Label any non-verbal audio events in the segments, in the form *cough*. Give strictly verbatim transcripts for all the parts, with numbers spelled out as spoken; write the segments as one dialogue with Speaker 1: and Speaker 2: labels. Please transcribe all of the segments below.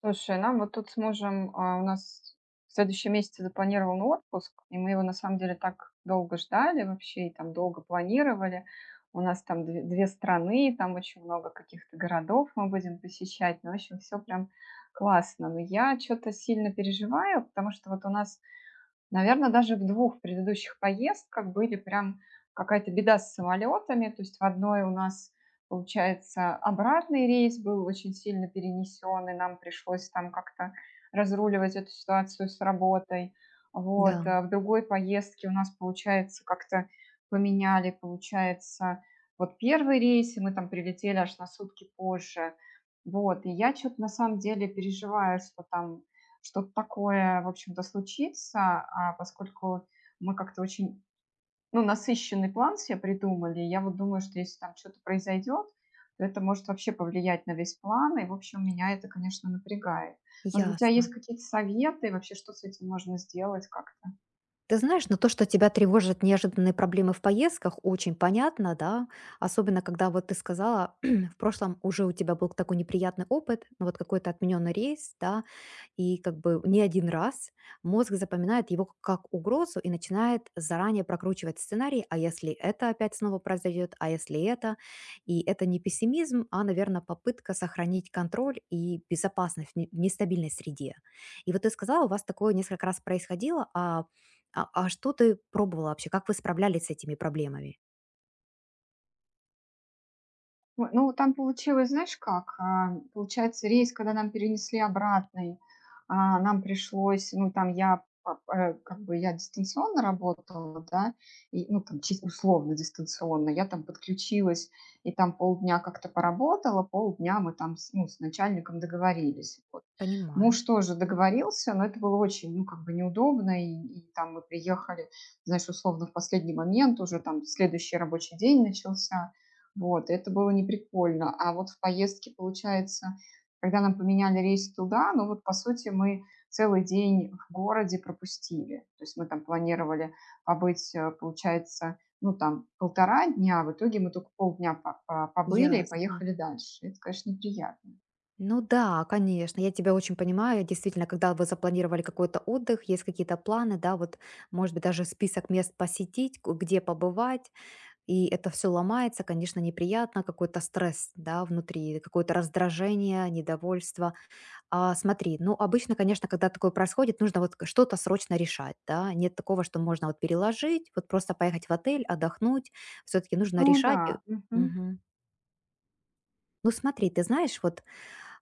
Speaker 1: Слушай, нам вот тут с мужем, а, у нас в следующем месяце запланирован отпуск, и мы его на самом деле так долго ждали вообще, и там долго планировали. У нас там две, две страны, там очень много каких-то городов мы будем посещать. Ну, в общем, все прям классно. Но я что-то сильно переживаю, потому что вот у нас, Наверное, даже в двух предыдущих поездках были прям какая-то беда с самолетами. То есть в одной у нас, получается, обратный рейс был очень сильно перенесен, и нам пришлось там как-то разруливать эту ситуацию с работой.
Speaker 2: Да,
Speaker 1: Вот, а в другой поездке у нас, получается, как-то поменяли, получается, вот первый рейс, и мы там прилетели аж на сутки позже. Вот, и я что то на самом деле переживаю, что там что-то такое, в общем-то, случится, а поскольку мы как-то очень, ну, насыщенный план себе придумали, я вот думаю, что если там что-то произойдет, то это может вообще повлиять на весь план, и, в общем, меня это, конечно, напрягает. Может быть, у тебя
Speaker 2: ясно.
Speaker 1: есть какие-то советы, вообще, что с этим можно сделать как-то?
Speaker 2: Ты знаешь, но то, что тебя тревожат неожиданные проблемы в поездках, очень понятно, да, особенно когда вот ты сказала, *clears throat* в прошлом уже у тебя был такой неприятный опыт, ну вот какой-то отмененный рейс, да, и как бы не один раз мозг запоминает его к- как угрозу и начинает заранее прокручивать сценарий, а если это опять снова произойдет, а если это, и это не пессимизм, а, наверное, попытка сохранить контроль и безопасность в не- в нестабильной среде. И вот ты сказала, у вас такое несколько раз происходило, а, а, а что ты пробовала вообще, как вы справлялись с этими проблемами?
Speaker 1: Ой, ну, там получилось, знаешь как, а, получается, рейс, когда нам перенесли обратный, а, нам пришлось, ну, там я, а, э, как бы я дистанционно работала, да, и, ну, там, чис- условно дистанционно, я там подключилась и там полдня как-то поработала, полдня мы там, с- ну, с начальником договорились, вот.
Speaker 2: Понимаю.
Speaker 1: Муж тоже договорился, но это было очень, ну, как бы неудобно, и, и там мы приехали, знаешь, условно в последний момент, уже там следующий рабочий день начался, вот, это было не прикольно. А вот в поездке, получается, когда нам поменяли рейс туда, ну вот, по сути, мы целый день в городе пропустили. То есть мы там планировали побыть, э, получается, ну там полтора дня, а в итоге мы только полдня по- по- побыли и
Speaker 2: Ясно.
Speaker 1: поехали дальше. Это, конечно, неприятно.
Speaker 2: Ну да, конечно, я тебя очень понимаю. Действительно, когда вы запланировали какой-то отдых, есть какие-то планы, да, вот, может быть, даже список мест посетить, ку- где побывать, и это все ломается, конечно, неприятно, какой-то стресс, да, внутри, какое-то раздражение, недовольство. А смотри, ну, обычно, конечно, когда такое происходит, нужно вот к- что-то срочно решать, да, нет такого, что можно вот переложить, вот просто поехать в отель, отдохнуть, все-таки нужно
Speaker 1: Ну
Speaker 2: решать. э,
Speaker 1: да, мгм.
Speaker 2: Мгм. Ну смотри, ты знаешь, вот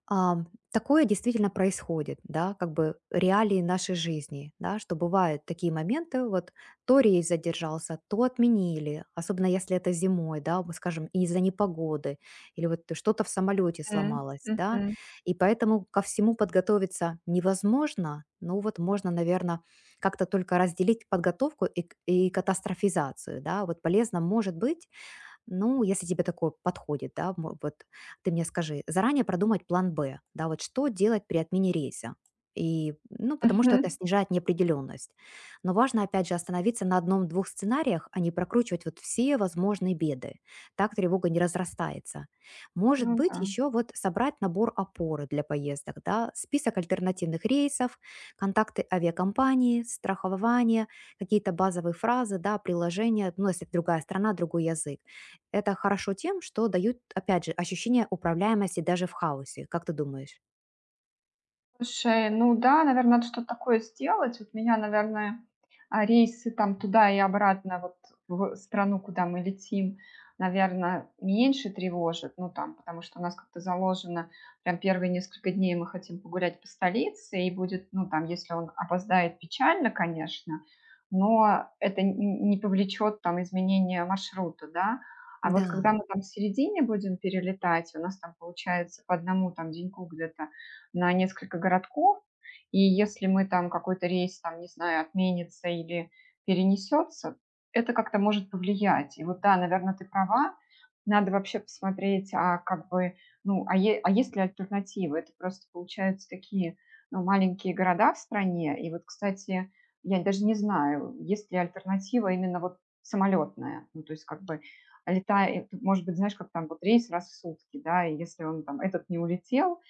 Speaker 2: Ам, такое действительно происходит, да, как бы реалии нашей жизни, да, что бывают такие моменты, вот то рейс задержался, то отменили, особенно если это зимой, да, мы скажем, из-за непогоды, или вот что-то в самолете
Speaker 1: М,
Speaker 2: сломалось, да,
Speaker 1: мгм,
Speaker 2: и поэтому ко всему подготовиться невозможно, ну вот можно, наверное, как-то только разделить подготовку и, к- и катастрофизацию, да, вот полезно может быть, ну, если тебе такое подходит, да, мо- вот ты мне скажи, заранее продумать план Б, да, вот что делать при отмене рейса. И, ну, потому что это
Speaker 1: мгм.
Speaker 2: снижает неопределенность. Но важно, опять же, остановиться на одном-двух сценариях, а не прокручивать вот все возможные беды. Так тревога не разрастается. Может
Speaker 1: Ну
Speaker 2: быть,
Speaker 1: да.
Speaker 2: еще вот собрать набор опоры для поездок, да, список альтернативных рейсов, контакты авиакомпании, страхование, какие-то базовые фразы, да, приложения, ну, если другая страна, другой язык. Это хорошо тем, что дают, опять же, ощущение управляемости даже в хаосе. Как ты думаешь?
Speaker 1: Слушай, ну да, наверное, надо что-то такое сделать. Вот меня, наверное, а, рейсы там туда и обратно, вот в страну, куда мы летим, наверное, меньше тревожит. Ну, там, потому что у нас как-то заложено, прям первые несколько дней мы хотим погулять по столице, и будет, ну, там, если он опоздает, печально, конечно, но это н не повлечет там изменения маршрута, да. А вот когда
Speaker 2: Да,
Speaker 1: мы там в середине будем перелетать, у нас там получается по одному там деньку где-то на несколько городков, и если мы там какой-то рейс, там, не знаю, отменится или перенесется, это как-то может повлиять. И вот да, наверное, ты права, надо вообще посмотреть, а как бы, ну, а, е- а есть ли альтернативы? Это просто получаются такие, ну, маленькие города в стране. И вот, кстати, я даже не знаю, есть ли альтернатива именно вот самолетная. Ну, то есть как бы летает, может быть, знаешь, как там вот рейс раз в сутки, да, и если он там этот не улетел,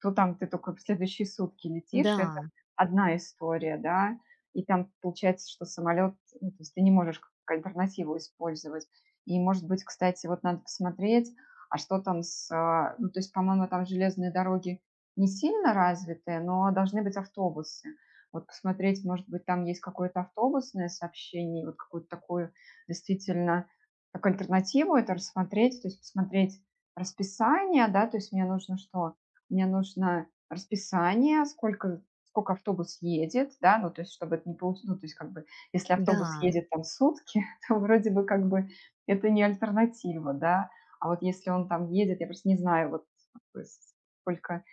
Speaker 1: то там ты только в следующие сутки летишь. Это
Speaker 2: да,
Speaker 1: одна история, да. И там получается, что самолет, ну, то есть ты не можешь как альтернативу использовать. И, может быть, кстати, вот надо посмотреть, а что там с, а, ну, то есть, по-моему, там железные дороги не сильно развитые, но должны быть автобусы. Вот посмотреть, может быть, там есть какое-то автобусное сообщение, вот какую-то такую действительно как альтернативу это рассмотреть, то есть посмотреть расписание, да, то есть мне нужно что, мне нужно расписание, сколько сколько автобус едет, да, ну, то есть, чтобы это не получилось, ну, то есть, как бы, если автобус
Speaker 2: да.
Speaker 1: едет там сутки, *laughs* то вроде бы, как бы, это не альтернатива, да. А вот если он там едет, я просто не знаю, вот, как бы, с сколько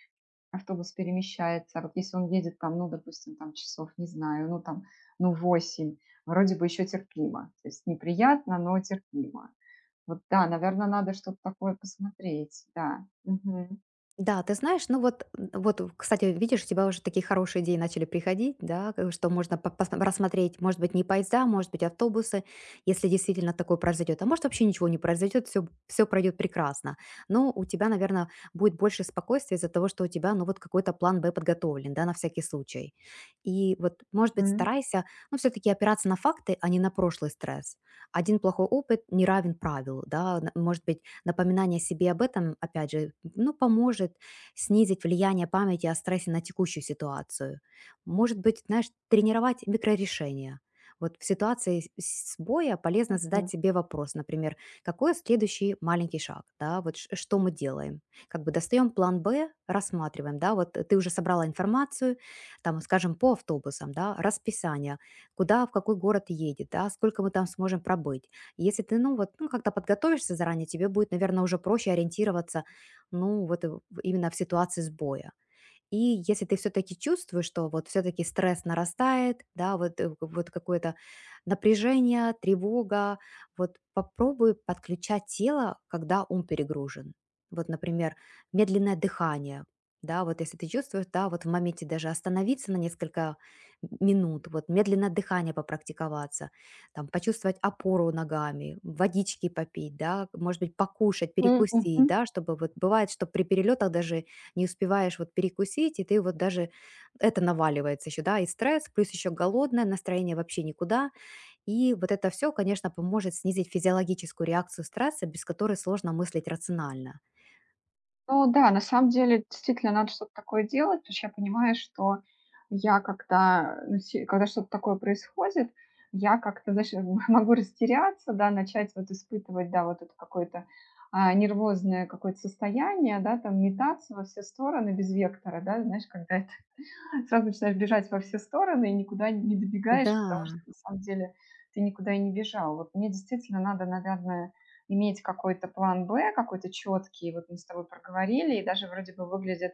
Speaker 1: автобус перемещается, а вот если он едет там, ну, допустим, там часов, не знаю, ну, там, ну, восемь, вроде бы еще терпимо. То есть неприятно, но терпимо. Вот да, наверное, надо что-то такое посмотреть, да.
Speaker 2: Да, ты знаешь, ну вот, вот, кстати, видишь, у тебя уже такие хорошие идеи начали приходить, да, э, что можно по- пос- рассмотреть, может быть, не поезда, может быть, автобусы, если действительно такое произойдет, а может, вообще ничего не произойдет, все, все пройдет прекрасно. Но у тебя, наверное, будет больше спокойствия из-за того, что у тебя, ну вот, какой-то план Б подготовлен, да, на всякий случай. И вот, может быть,
Speaker 1: Мгм.
Speaker 2: старайся, ну, все-таки опираться на факты, а не на прошлый стресс. Один плохой опыт не равен правилу, да, н- может быть, напоминание себе об этом, опять же, ну, поможет снизить влияние памяти о стрессе на текущую ситуацию. Может быть, знаешь, тренировать микрорешения. Вот в ситуации с- сбоя полезно задать
Speaker 1: Мгм.
Speaker 2: себе вопрос, например, какой следующий маленький шаг, да, вот ш- что мы делаем. Как бы достаем план Б, рассматриваем, да, вот ты уже собрала информацию, там, скажем, по автобусам, да, расписание, куда, в какой город едет, да, сколько мы там сможем пробыть. Если ты, ну, вот, ну, как-то подготовишься заранее, тебе будет, наверное, уже проще ориентироваться, ну, вот, э, в- именно в ситуации сбоя. И если ты все-таки чувствуешь, что вот все-таки стресс нарастает, да, вот, э, вот какое-то напряжение, тревога, вот попробуй подключать тело, когда ум перегружен. Вот, например, медленное дыхание, да, вот если ты чувствуешь, да, вот в моменте даже остановиться на несколько минут, вот медленно дыхание попрактиковаться, там, почувствовать опору ногами, водички попить, да, может быть, покушать,
Speaker 1: М,
Speaker 2: перекусить,
Speaker 1: мгм.
Speaker 2: да, чтобы вот бывает, что при перелетах даже не успеваешь вот перекусить, и ты вот даже это наваливается еще, да, и стресс, плюс еще голодное, настроение вообще никуда. И вот это все, конечно, поможет снизить физиологическую реакцию стресса, без которой сложно мыслить рационально.
Speaker 1: Ну да, на самом деле, действительно, надо что-то такое делать, потому что я понимаю, что я когда, ну, се когда что-то такое происходит, я как-то, знаешь, *laughs* м могу растеряться, да, начать вот испытывать, да, вот это какое-то, а, нервозное какое-то состояние, да, там метаться во все стороны без вектора, да, знаешь, когда Сразу начинаешь бежать во все стороны и никуда не добегаешь, потому что
Speaker 2: Да,
Speaker 1: на самом деле ты никуда и не бежал. Вот мне действительно надо, наверное, иметь какой-то план Б, какой-то четкий. Вот мы с тобой проговорили, и даже вроде бы выглядит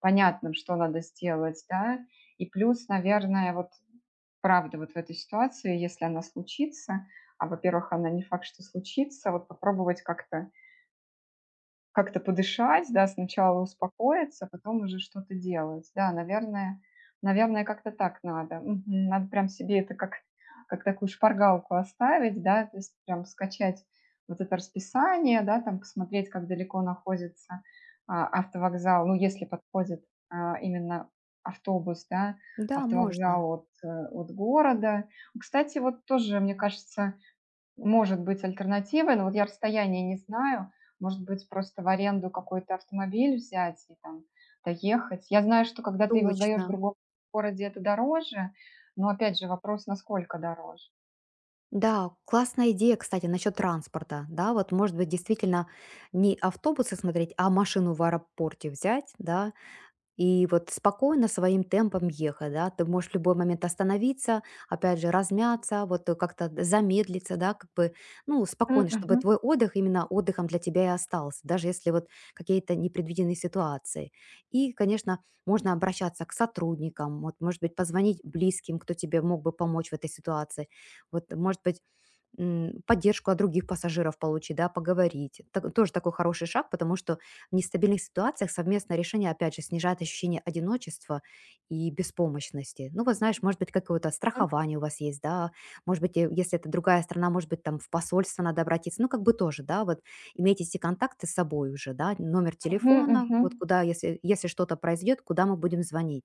Speaker 1: понятным, что надо сделать, да. И плюс, наверное, вот правда вот в этой ситуации, если она случится, а, во-первых, она не факт, что случится, вот попробовать как-то как-то подышать, да, сначала успокоиться, а потом уже что-то делать. Да, наверное, наверное, как-то так надо. Мгм. Надо прям себе это как, как такую шпаргалку оставить, да, то есть прям скачать вот это расписание, да, там посмотреть, как далеко находится а, автовокзал, ну, если подходит а, именно автобус, да,
Speaker 2: да, можно.
Speaker 1: автовокзал от, э, от города. Кстати, вот тоже, мне кажется, может быть альтернативой, но вот я расстояние не знаю. Может быть, просто в аренду какой-то автомобиль взять и там доехать. Я знаю, что когда ты его сдаешь
Speaker 2: Точно.
Speaker 1: в другом городе, это дороже, но опять же вопрос, насколько дороже.
Speaker 2: Да, классная идея, кстати, насчет транспорта. Да, вот, может быть, действительно не автобусы смотреть, а машину в аэропорте взять, да, и вот спокойно своим темпом ехать, да, ты можешь в любой момент остановиться, опять же, размяться, вот э, как-то д- замедлиться, да, как бы, ну,
Speaker 1: М,
Speaker 2: спокойно, чтобы
Speaker 1: мгм.
Speaker 2: твой отдых именно отдыхом для тебя и остался, даже если вот какие-то непредвиденные ситуации. И, конечно, можно обращаться к сотрудникам, вот, может быть, позвонить близким, кто тебе мог бы помочь в этой ситуации, вот, может быть, м, поддержку от других пассажиров получить, да, поговорить. Так- тоже такой хороший шаг, потому что в нестабильных ситуациях совместное решение, опять же, снижает ощущение одиночества и беспомощности. Ну, вот знаешь, может быть, какое-то страхование у вас есть, да, может быть, э, если это другая страна, может быть, там в посольство надо обратиться, ну, как бы тоже, да, вот иметь эти контакты с собой уже, да, номер
Speaker 1: Мгм,
Speaker 2: телефона,
Speaker 1: мгм.
Speaker 2: вот куда, если, если что-то произойдет, куда мы будем звонить.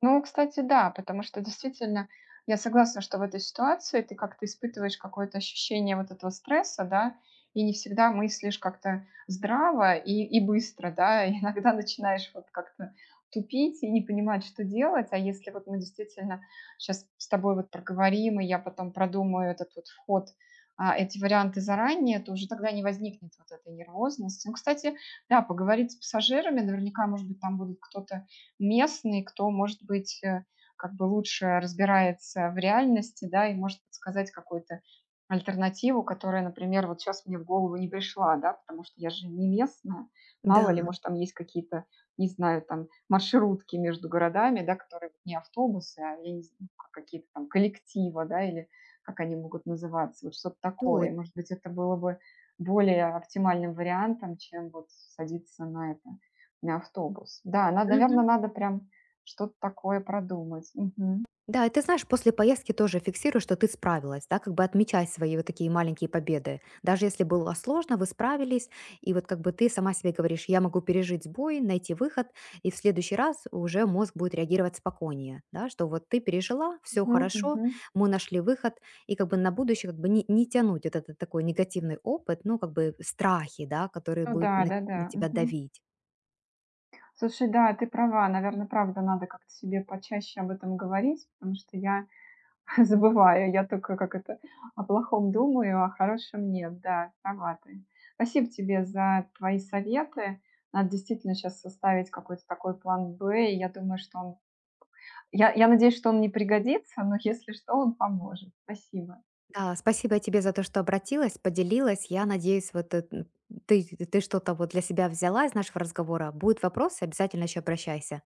Speaker 1: Ну, кстати, да, потому что действительно я согласна, что в этой ситуации ты как-то испытываешь какое-то ощущение вот этого стресса, да, и не всегда мыслишь как-то здраво и, и быстро, да, *laughs* и иногда начинаешь вот как-то тупить и не понимать, что делать, а если вот мы действительно сейчас с тобой вот проговорим, и я потом продумаю этот вот вход, а, эти варианты заранее, то уже тогда не возникнет вот этой нервозности. Ну, кстати, да, поговорить с пассажирами, наверняка, может быть, там будут кто-то местный, кто, может быть, э, как бы лучше разбирается в реальности, да, и может подсказать какую-то альтернативу, которая, например, вот сейчас мне в голову не пришла, да, потому что я же не местная,
Speaker 2: Да.
Speaker 1: мало ли, может, там есть какие-то, не знаю, там маршрутки между городами, да, которые вот не автобусы, а я не знаю, как какие-то там коллективы, да, или как они могут называться, вот что-то
Speaker 2: Точно.
Speaker 1: такое. Может быть, это было бы более оптимальным вариантом, чем вот садиться на это. На автобус. Да, на наверно, надо прям что-то такое продумать. Мгм.
Speaker 2: Да, и ты знаешь, после поездки тоже фиксируй, что ты справилась, да, как бы отмечай свои вот такие маленькие победы. Даже если было сложно, вы справились, и вот как бы ты сама себе говоришь, я могу пережить сбой, найти выход, и в следующий раз уже мозг будет реагировать спокойнее, да, что вот ты пережила, все
Speaker 1: Мгм,
Speaker 2: хорошо,
Speaker 1: мгм.
Speaker 2: мы нашли выход, и как бы на будущее как бы не, не тянуть вот этот такой негативный опыт, ну, как бы страхи, да, которые
Speaker 1: Ну да,
Speaker 2: будут на
Speaker 1: да-да.
Speaker 2: на тебя
Speaker 1: Мгм.
Speaker 2: давить.
Speaker 1: Слушай, да, ты права. Наверное, правда, надо как-то себе почаще об этом говорить, потому что я *laughs* забываю. Я только, как это, о плохом думаю, а о хорошем нет. Да, права ты. Спасибо тебе за твои советы. Надо действительно сейчас составить какой-то такой план "Б". И я думаю, что он я я надеюсь, что он не пригодится, но если что, он поможет. Спасибо.
Speaker 2: Да, спасибо тебе за то, что обратилась, поделилась. Я надеюсь, вот э, м, ты, ты что-то вот для себя взяла из нашего разговора. Будут вопросы, обязательно еще обращайся.